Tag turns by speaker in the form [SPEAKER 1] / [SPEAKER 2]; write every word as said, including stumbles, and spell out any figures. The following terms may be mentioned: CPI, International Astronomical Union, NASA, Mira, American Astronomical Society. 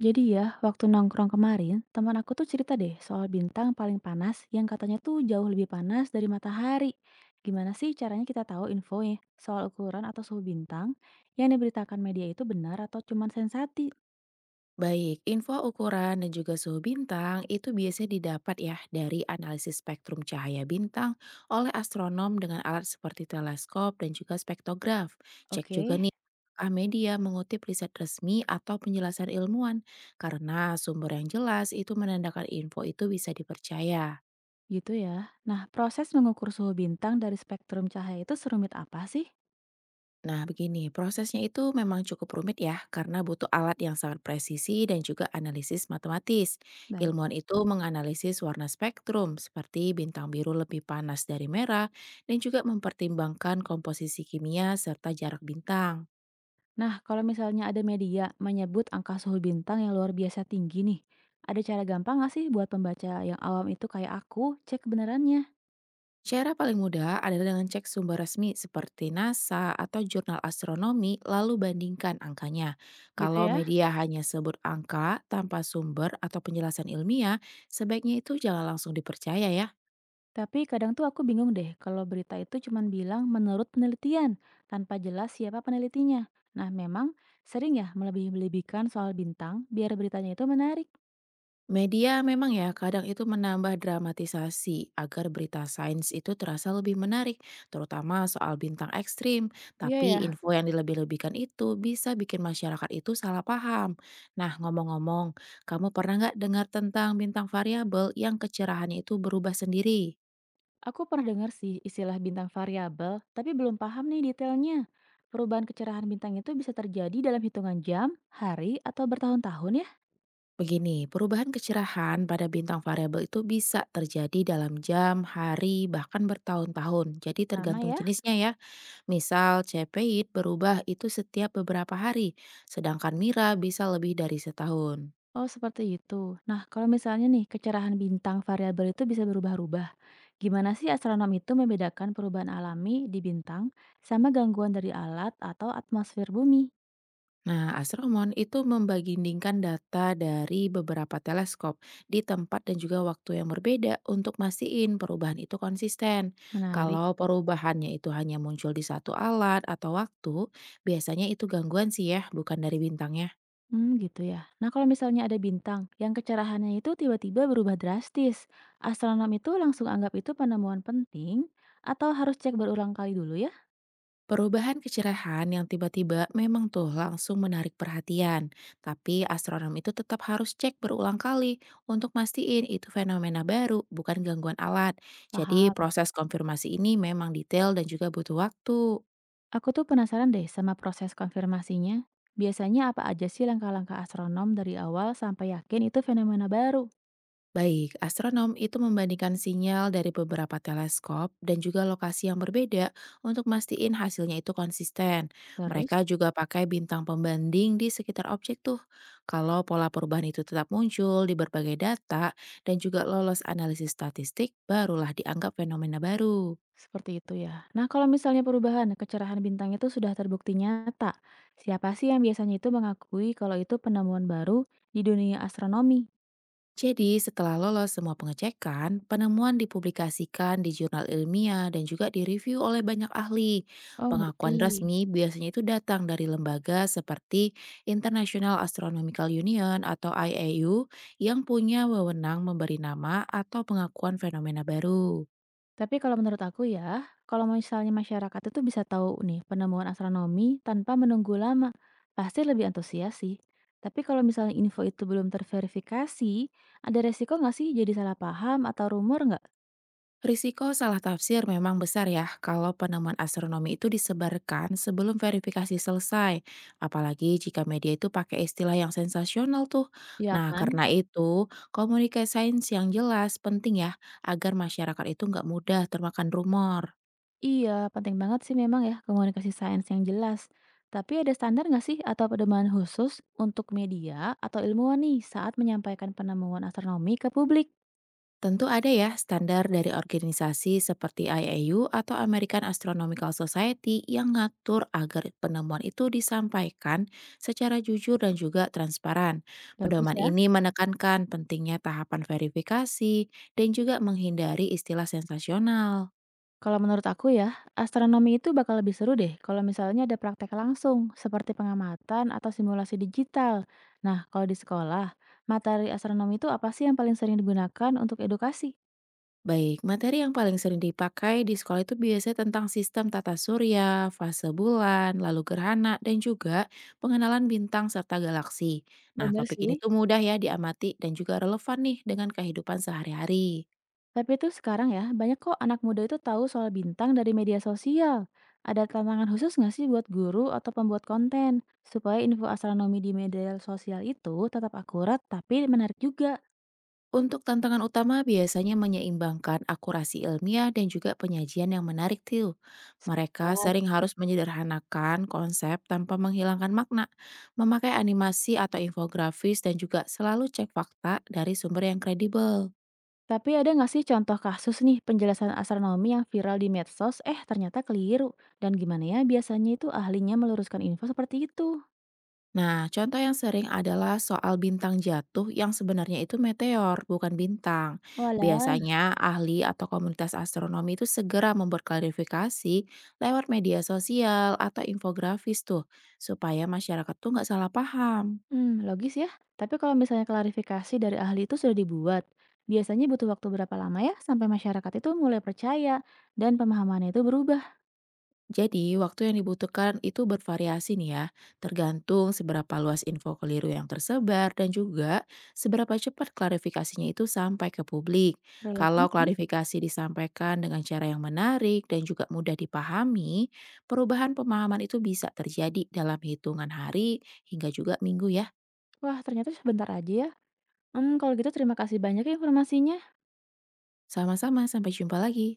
[SPEAKER 1] Jadi ya, waktu nongkrong kemarin, teman aku tuh cerita deh soal bintang paling panas yang katanya tuh jauh lebih panas dari matahari. Gimana sih caranya kita tahu info ya soal ukuran atau suhu bintang yang diberitakan media itu benar atau cuma sensasi?
[SPEAKER 2] Baik, info ukuran dan juga suhu bintang itu biasanya didapat ya dari analisis spektrum cahaya bintang oleh astronom dengan alat seperti teleskop dan juga spektograf. Cek juga
[SPEAKER 1] Oke,
[SPEAKER 2] nih apakah media mengutip riset resmi atau penjelasan ilmuwan karena sumber yang jelas itu menandakan info itu bisa dipercaya.
[SPEAKER 1] gitu ya. Nah, proses mengukur suhu bintang dari spektrum cahaya itu serumit apa sih?
[SPEAKER 2] Nah, begini, prosesnya itu memang cukup rumit ya, karena butuh alat yang sangat presisi dan juga analisis matematis.
[SPEAKER 1] Baik.
[SPEAKER 2] Ilmuwan itu menganalisis warna spektrum, seperti bintang biru lebih panas dari merah, dan juga mempertimbangkan komposisi kimia serta jarak bintang.
[SPEAKER 1] Nah, kalau misalnya ada media menyebut angka suhu bintang yang luar biasa tinggi nih, ada cara gampang nggak sih buat pembaca yang awam itu kayak aku cek kebenarannya?
[SPEAKER 2] Cara paling mudah adalah dengan cek sumber resmi seperti NASA atau jurnal astronomi, lalu bandingkan angkanya.
[SPEAKER 1] Gitu
[SPEAKER 2] Kalau
[SPEAKER 1] ya.
[SPEAKER 2] media hanya sebut angka tanpa sumber atau penjelasan ilmiah, sebaiknya itu jangan langsung dipercaya ya.
[SPEAKER 1] Tapi kadang tuh aku bingung deh kalau berita itu cuman bilang menurut penelitian tanpa jelas siapa penelitinya. Nah, memang sering ya melebih-lebihkan soal bintang biar beritanya itu menarik.
[SPEAKER 2] Media memang ya kadang itu menambah dramatisasi agar berita sains itu terasa lebih menarik, terutama soal bintang ekstrim.
[SPEAKER 1] Iya ya.
[SPEAKER 2] Tapi info yang dilebih-lebihkan itu bisa bikin masyarakat itu salah paham. Nah ngomong-ngomong, kamu pernah nggak dengar tentang bintang variabel yang kecerahannya itu berubah sendiri?
[SPEAKER 1] Aku pernah dengar sih istilah bintang variabel, tapi belum paham nih detailnya. Perubahan kecerahan bintang itu bisa terjadi dalam hitungan jam, hari, atau bertahun-tahun ya?
[SPEAKER 2] Begini, perubahan kecerahan pada bintang variabel itu bisa terjadi dalam jam, hari, bahkan bertahun-tahun. Jadi
[SPEAKER 1] Lama
[SPEAKER 2] tergantung
[SPEAKER 1] ya?
[SPEAKER 2] jenisnya ya. Misal, C P I berubah itu setiap beberapa hari, sedangkan Mira bisa lebih dari setahun.
[SPEAKER 1] Oh, seperti itu. Nah, kalau misalnya nih kecerahan bintang variabel itu bisa berubah-ubah. Gimana sih astronom itu membedakan perubahan alami di bintang sama gangguan dari alat atau atmosfer bumi?
[SPEAKER 2] Nah, astronom itu membandingkan data dari beberapa teleskop di tempat dan juga waktu yang berbeda untuk mastiin perubahan itu konsisten.
[SPEAKER 1] Menarik.
[SPEAKER 2] Kalau perubahannya itu hanya muncul di satu alat atau waktu, biasanya itu gangguan sih ya, bukan dari bintangnya.
[SPEAKER 1] Hmm, gitu ya. Nah, kalau misalnya ada bintang yang kecerahannya itu tiba-tiba berubah drastis, astronom itu langsung anggap itu penemuan penting atau harus cek berulang kali dulu ya?
[SPEAKER 2] Perubahan kecerahan yang tiba-tiba memang tuh langsung menarik perhatian, tapi astronom itu tetap harus cek berulang kali untuk mastiin itu fenomena baru, bukan gangguan alat. Jadi
[SPEAKER 1] Paham.
[SPEAKER 2] proses konfirmasi ini memang detail dan juga butuh waktu.
[SPEAKER 1] Aku tuh penasaran deh sama proses konfirmasinya. Biasanya apa aja sih langkah-langkah astronom dari awal sampai yakin itu fenomena baru?
[SPEAKER 2] Baik, astronom itu membandingkan sinyal dari beberapa teleskop dan juga lokasi yang berbeda untuk mastiin hasilnya itu konsisten.
[SPEAKER 1] Terus?
[SPEAKER 2] Mereka juga pakai bintang pembanding di sekitar objek tuh. Kalau pola perubahan itu tetap muncul di berbagai data dan juga lolos analisis statistik, barulah dianggap fenomena baru.
[SPEAKER 1] Seperti itu ya. Nah, kalau misalnya perubahan kecerahan bintang itu sudah terbukti nyata, siapa sih yang biasanya itu mengakui kalau itu penemuan baru di dunia astronomi?
[SPEAKER 2] Jadi, setelah lolos semua pengecekan, penemuan dipublikasikan di jurnal ilmiah dan juga direview oleh banyak ahli.
[SPEAKER 1] Oh, ngerti.
[SPEAKER 2] Pengakuan resmi biasanya itu datang dari lembaga seperti International Astronomical Union atau I A U yang punya wewenang memberi nama atau pengakuan fenomena baru.
[SPEAKER 1] Tapi kalau menurut aku ya, kalau misalnya masyarakat itu bisa tahu nih penemuan astronomi tanpa menunggu lama, pasti lebih antusias sih. Tapi kalau misalnya info itu belum terverifikasi, ada resiko nggak sih jadi salah paham atau rumor nggak?
[SPEAKER 2] Risiko salah tafsir memang besar ya kalau penemuan astronomi itu disebarkan sebelum verifikasi selesai. Apalagi jika media itu pakai istilah yang sensasional tuh.
[SPEAKER 1] Iya
[SPEAKER 2] Nah,
[SPEAKER 1] kan?
[SPEAKER 2] karena itu komunikasi sains yang jelas penting ya agar masyarakat itu nggak mudah termakan rumor.
[SPEAKER 1] Iya, penting banget sih memang ya komunikasi sains yang jelas. Tapi ada standar nggak sih atau pedoman khusus untuk media atau ilmuwan nih saat menyampaikan penemuan astronomi ke publik?
[SPEAKER 2] Tentu ada ya standar dari organisasi seperti I A U atau American Astronomical Society yang ngatur agar penemuan itu disampaikan secara jujur dan juga transparan.
[SPEAKER 1] Bagus
[SPEAKER 2] Pedoman
[SPEAKER 1] ya.
[SPEAKER 2] ini menekankan pentingnya tahapan verifikasi dan juga menghindari istilah sensasional.
[SPEAKER 1] Kalau menurut aku ya, astronomi itu bakal lebih seru deh kalau misalnya ada praktek langsung, seperti pengamatan atau simulasi digital. Nah, kalau di sekolah, materi astronomi itu apa sih yang paling sering digunakan untuk edukasi?
[SPEAKER 2] Baik, materi yang paling sering dipakai di sekolah itu biasanya tentang sistem tata surya, fase bulan, lalu gerhana, dan juga pengenalan bintang serta galaksi. Nah,
[SPEAKER 1] Bener
[SPEAKER 2] topik
[SPEAKER 1] sih.
[SPEAKER 2] ini tuh mudah ya diamati dan juga relevan nih dengan kehidupan sehari-hari.
[SPEAKER 1] Tapi itu sekarang ya, banyak kok anak muda itu tahu soal bintang dari media sosial. Ada tantangan khusus nggak sih buat guru atau pembuat konten? Supaya info astronomi di media sosial itu tetap akurat tapi menarik juga.
[SPEAKER 2] Untuk tantangan utama biasanya menyeimbangkan akurasi ilmiah dan juga penyajian yang menarik tuh. Mereka
[SPEAKER 1] Sepakat.
[SPEAKER 2] sering harus menyederhanakan konsep tanpa menghilangkan makna, memakai animasi atau infografis dan juga selalu cek fakta dari sumber yang kredibel.
[SPEAKER 1] Tapi ada nggak sih contoh kasus nih penjelasan astronomi yang viral di medsos, eh ternyata keliru. Dan gimana ya biasanya itu ahlinya meluruskan info seperti itu?
[SPEAKER 2] Nah, contoh yang sering adalah soal bintang jatuh yang sebenarnya itu meteor, bukan bintang.
[SPEAKER 1] Walah.
[SPEAKER 2] Biasanya ahli atau komunitas astronomi itu segera membuat klarifikasi lewat media sosial atau infografis tuh, supaya masyarakat tuh nggak salah paham.
[SPEAKER 1] Hmm, logis ya. Tapi kalau misalnya klarifikasi dari ahli itu sudah dibuat, biasanya butuh waktu berapa lama ya sampai masyarakat itu mulai percaya dan pemahamannya itu berubah?
[SPEAKER 2] Jadi, waktu yang dibutuhkan itu bervariasi nih ya, tergantung seberapa luas info keliru yang tersebar dan juga seberapa cepat klarifikasinya itu sampai ke publik.
[SPEAKER 1] Relevan
[SPEAKER 2] Kalau
[SPEAKER 1] sih.
[SPEAKER 2] klarifikasi disampaikan dengan cara yang menarik dan juga mudah dipahami, perubahan pemahaman itu bisa terjadi dalam hitungan hari hingga juga minggu ya.
[SPEAKER 1] Wah, ternyata sebentar aja ya. Hmm, kalau gitu terima kasih banyak ya informasinya.
[SPEAKER 2] Sama-sama, sampai jumpa lagi.